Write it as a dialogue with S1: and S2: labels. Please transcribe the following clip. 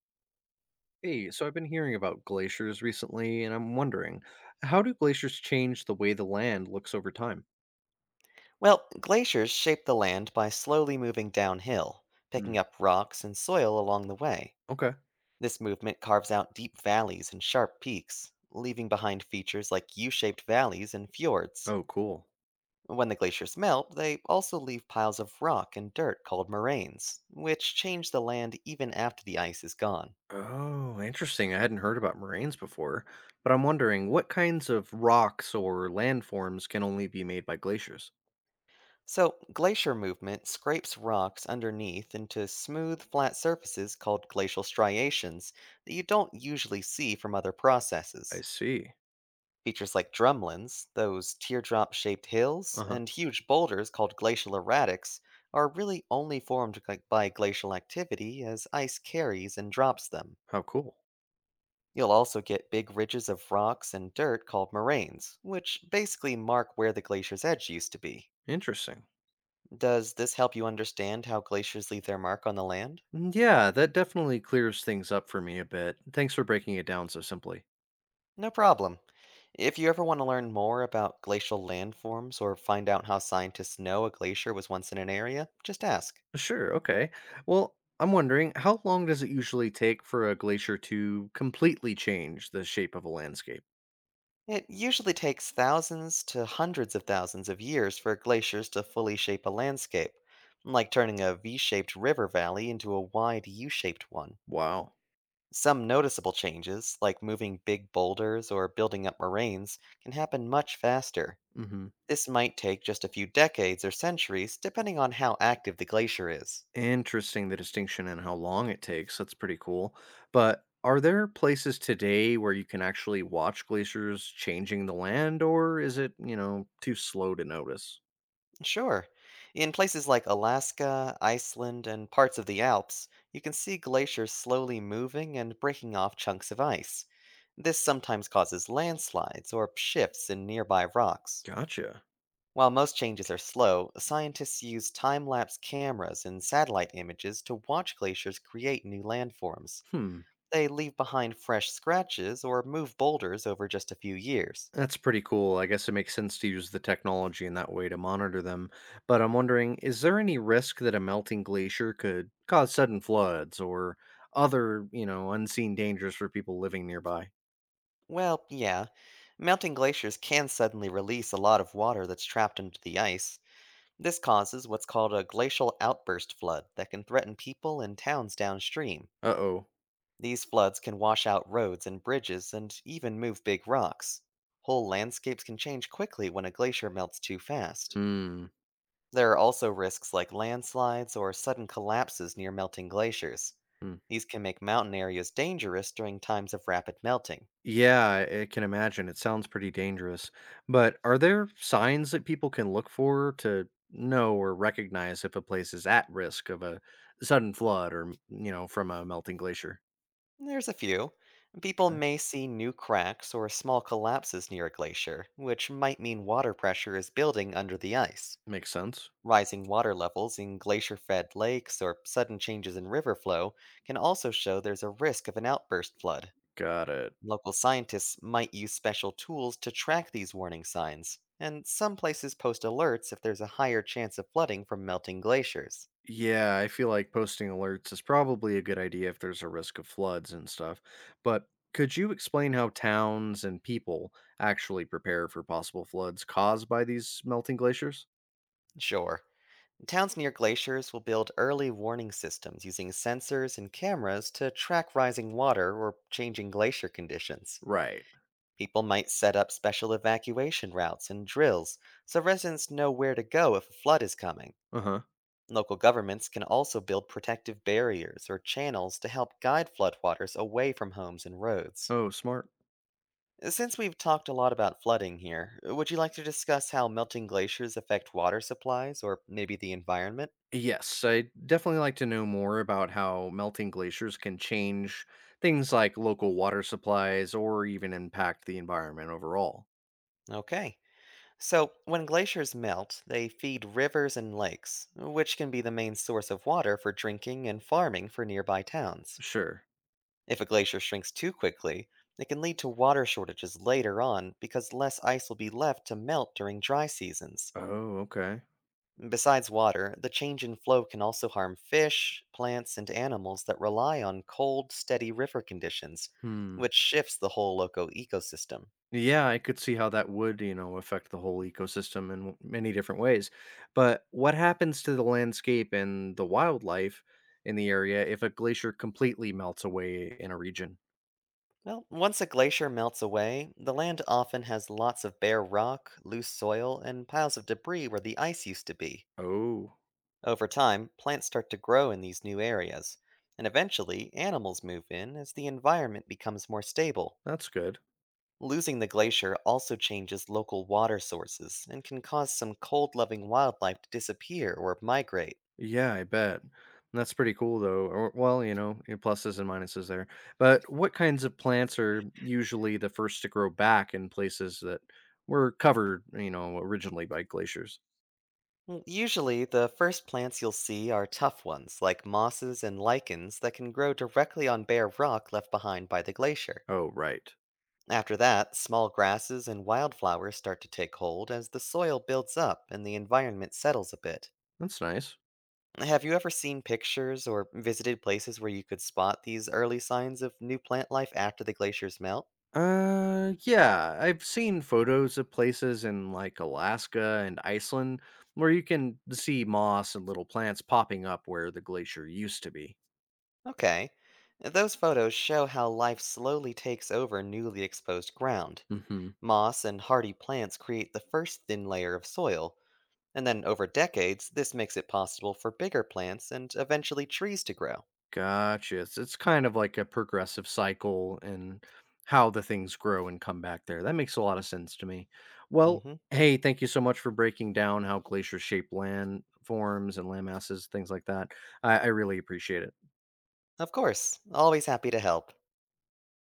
S1: Hey, so I've been hearing about glaciers recently, and I'm wondering, how do glaciers change the way the land looks over time?
S2: Well, glaciers shape the land by slowly moving downhill,
S1: Hmm.
S2: picking up rocks and soil along the way.
S1: Okay.
S2: This movement carves out deep valleys and sharp peaks, leaving behind features like U shaped valleys and fjords.
S1: Oh, cool.
S2: When the glaciers melt, they also leave piles of rock and dirt called moraines, which change the land even after the ice is gone.
S1: Oh, interesting. I hadn't heard about moraines before, but I'm wondering, what kinds of rocks or landforms can only be made by glaciers?
S2: So, glacier movement scrapes rocks underneath into smooth, flat surfaces called glacial striations that you don't usually see from other
S1: I
S2: processes.
S1: see.
S2: Features like drumlins, those teardrop shaped
S1: Uh
S2: hills,
S1: huh.
S2: and huge boulders called glacial erratics, are really only formed by glacial activity as ice carries and drops them.
S1: How cool.
S2: You'll also get big ridges of rocks and dirt called moraines, which basically mark where the glacier's edge used to be.
S1: Interesting.
S2: Does this help you understand how glaciers leave their mark on the land?
S1: Mm, yeah, that definitely clears things up for me a bit. Thanks for breaking it down so simply.
S2: No problem. If you ever want to learn more about glacial landforms or find out how scientists know a glacier was once in an area, just ask.
S1: Sure. Okay. Well, I'm wondering, how long does it usually take for a glacier to completely change the shape of a landscape?
S2: It usually takes thousands to hundreds of thousands of years for glaciers to fully shape a landscape, like turning a V shaped river valley into a wide U shaped one.
S1: Wow.
S2: Some noticeable changes, like moving big boulders or building up moraines, can happen much faster.
S1: Hmm.
S2: This might take just a few decades or centuries, depending on how active the glacier is.
S1: Interesting the distinction and how long it takes. That's pretty cool. But are there places today where you can actually watch glaciers changing the land, or is it too slow to notice?
S2: Sure. In places like Alaska, Iceland, and parts of the Alps, you can see glaciers slowly moving and breaking off chunks of ice. This sometimes causes landslides or shifts in nearby rocks.
S1: Gotcha.
S2: While most changes are slow, scientists use time lapse cameras and satellite images to watch glaciers create new landforms.
S1: Hmm.
S2: They leave behind fresh scratches or move boulders over just a few years.
S1: That's pretty cool. I guess it makes sense to use the technology in that way to monitor them. But I'm wondering, is there any risk that a melting glacier could cause sudden floods or other unseen dangers for people living nearby?
S2: Well, yeah. Melting glaciers can suddenly release a lot of water that's trapped into the ice. This causes what's called a glacial outburst flood that can threaten people and towns downstream.
S1: Uh oh.
S2: These floods can wash out roads and bridges and even move big rocks. Whole landscapes can change quickly when a glacier melts too fast.
S1: Hmm.
S2: There are also risks like landslides or sudden collapses near melting glaciers.
S1: Hmm.
S2: These can make mountain areas dangerous during times of rapid melting.
S1: Yeah, I can imagine. It sounds pretty dangerous. But are there signs that people can look for to know or recognize if a place is at risk of a sudden flood or from a melting glacier?
S2: There's a few. People may see new cracks or small collapses near a glacier, which might mean water pressure is building under the ice.
S1: Makes sense.
S2: Rising water levels in glacier fed lakes or sudden changes in river flow can also show there's a risk of an outburst flood.
S1: Got it.
S2: Local scientists might use special tools to track these warning signs, and some places post alerts if there's a higher chance of flooding from melting glaciers.
S1: Yeah, I feel like posting alerts is probably a good idea if there's a risk of floods and stuff. But could you explain how towns and people actually prepare for possible floods caused by these melting glaciers?
S2: Sure. Towns near glaciers will build early warning systems using sensors and cameras to track rising water or changing glacier conditions.
S1: Right.
S2: People might set up special evacuation routes and drills so residents know where to go if a flood is coming.
S1: Uh huh.
S2: Local governments can also build protective barriers or channels to help guide floodwaters away from homes and roads.
S1: Oh, smart.
S2: Since we've talked a lot about flooding here, would you like to discuss how melting glaciers affect water supplies or maybe the environment?
S1: Yes, I definitely like to know more about how melting glaciers can change things like local water supplies or even impact the environment overall.
S2: Okay. So, when glaciers melt, they feed rivers and lakes, which can be the main source of water for drinking and farming for nearby towns.
S1: Sure.
S2: If a glacier shrinks too quickly, it can lead to water shortages later on because less ice will be left to melt during dry seasons.
S1: Oh, okay.
S2: Besides water, the change in flow can also harm fish, plants, and animals that rely on cold, steady river conditions,
S1: Hmm.
S2: which shifts the whole local ecosystem.
S1: Yeah, I could see how that would affect the whole ecosystem in many different ways. But what happens to the landscape and the wildlife in the area if a glacier completely melts away in a region?
S2: Well, once a glacier melts away, the land often has lots of bare rock, loose soil, and piles of debris where the ice used to be.
S1: Oh,
S2: Over time, plants start to grow in these new areas, and eventually, animals move in as the environment becomes more stable.
S1: that's good.
S2: Losing the glacier also changes local water sources and can cause some cold loving wildlife to disappear or migrate.
S1: Yeah, I bet. That's pretty cool, though. Or, well, pluses and minuses there. But what kinds of plants are usually the first to grow back in places that were covered originally by glaciers?
S2: Well, usually, the first plants you'll see are tough ones, like mosses and lichens that can grow directly on bare rock left behind by the glacier.
S1: Oh, right.
S2: After that, small grasses and wildflowers start to take hold as the soil builds up and the environment settles a bit.
S1: That's nice.
S2: Have you ever seen pictures or visited places where you could spot these early signs of new plant life after the glaciers melt?
S1: Yeah, I've seen photos of places in like Alaska and Iceland where you can see moss and little plants popping up where the glacier used to be.
S2: Okay. Those photos show how life slowly takes over newly exposed ground.
S1: Hmm.
S2: Moss and hardy plants create the first thin layer of soil, and then over decades, this makes it possible for bigger plants and eventually trees to grow.
S1: Gotcha. It's kind of like a progressive cycle and how the things grow and come back there. That makes a lot of sense to me. Well,
S2: Hmm.
S1: hey, thank you so much for breaking down how glaciers shape land forms and land masses, things like that. I really appreciate it.
S2: Of course, always happy to help.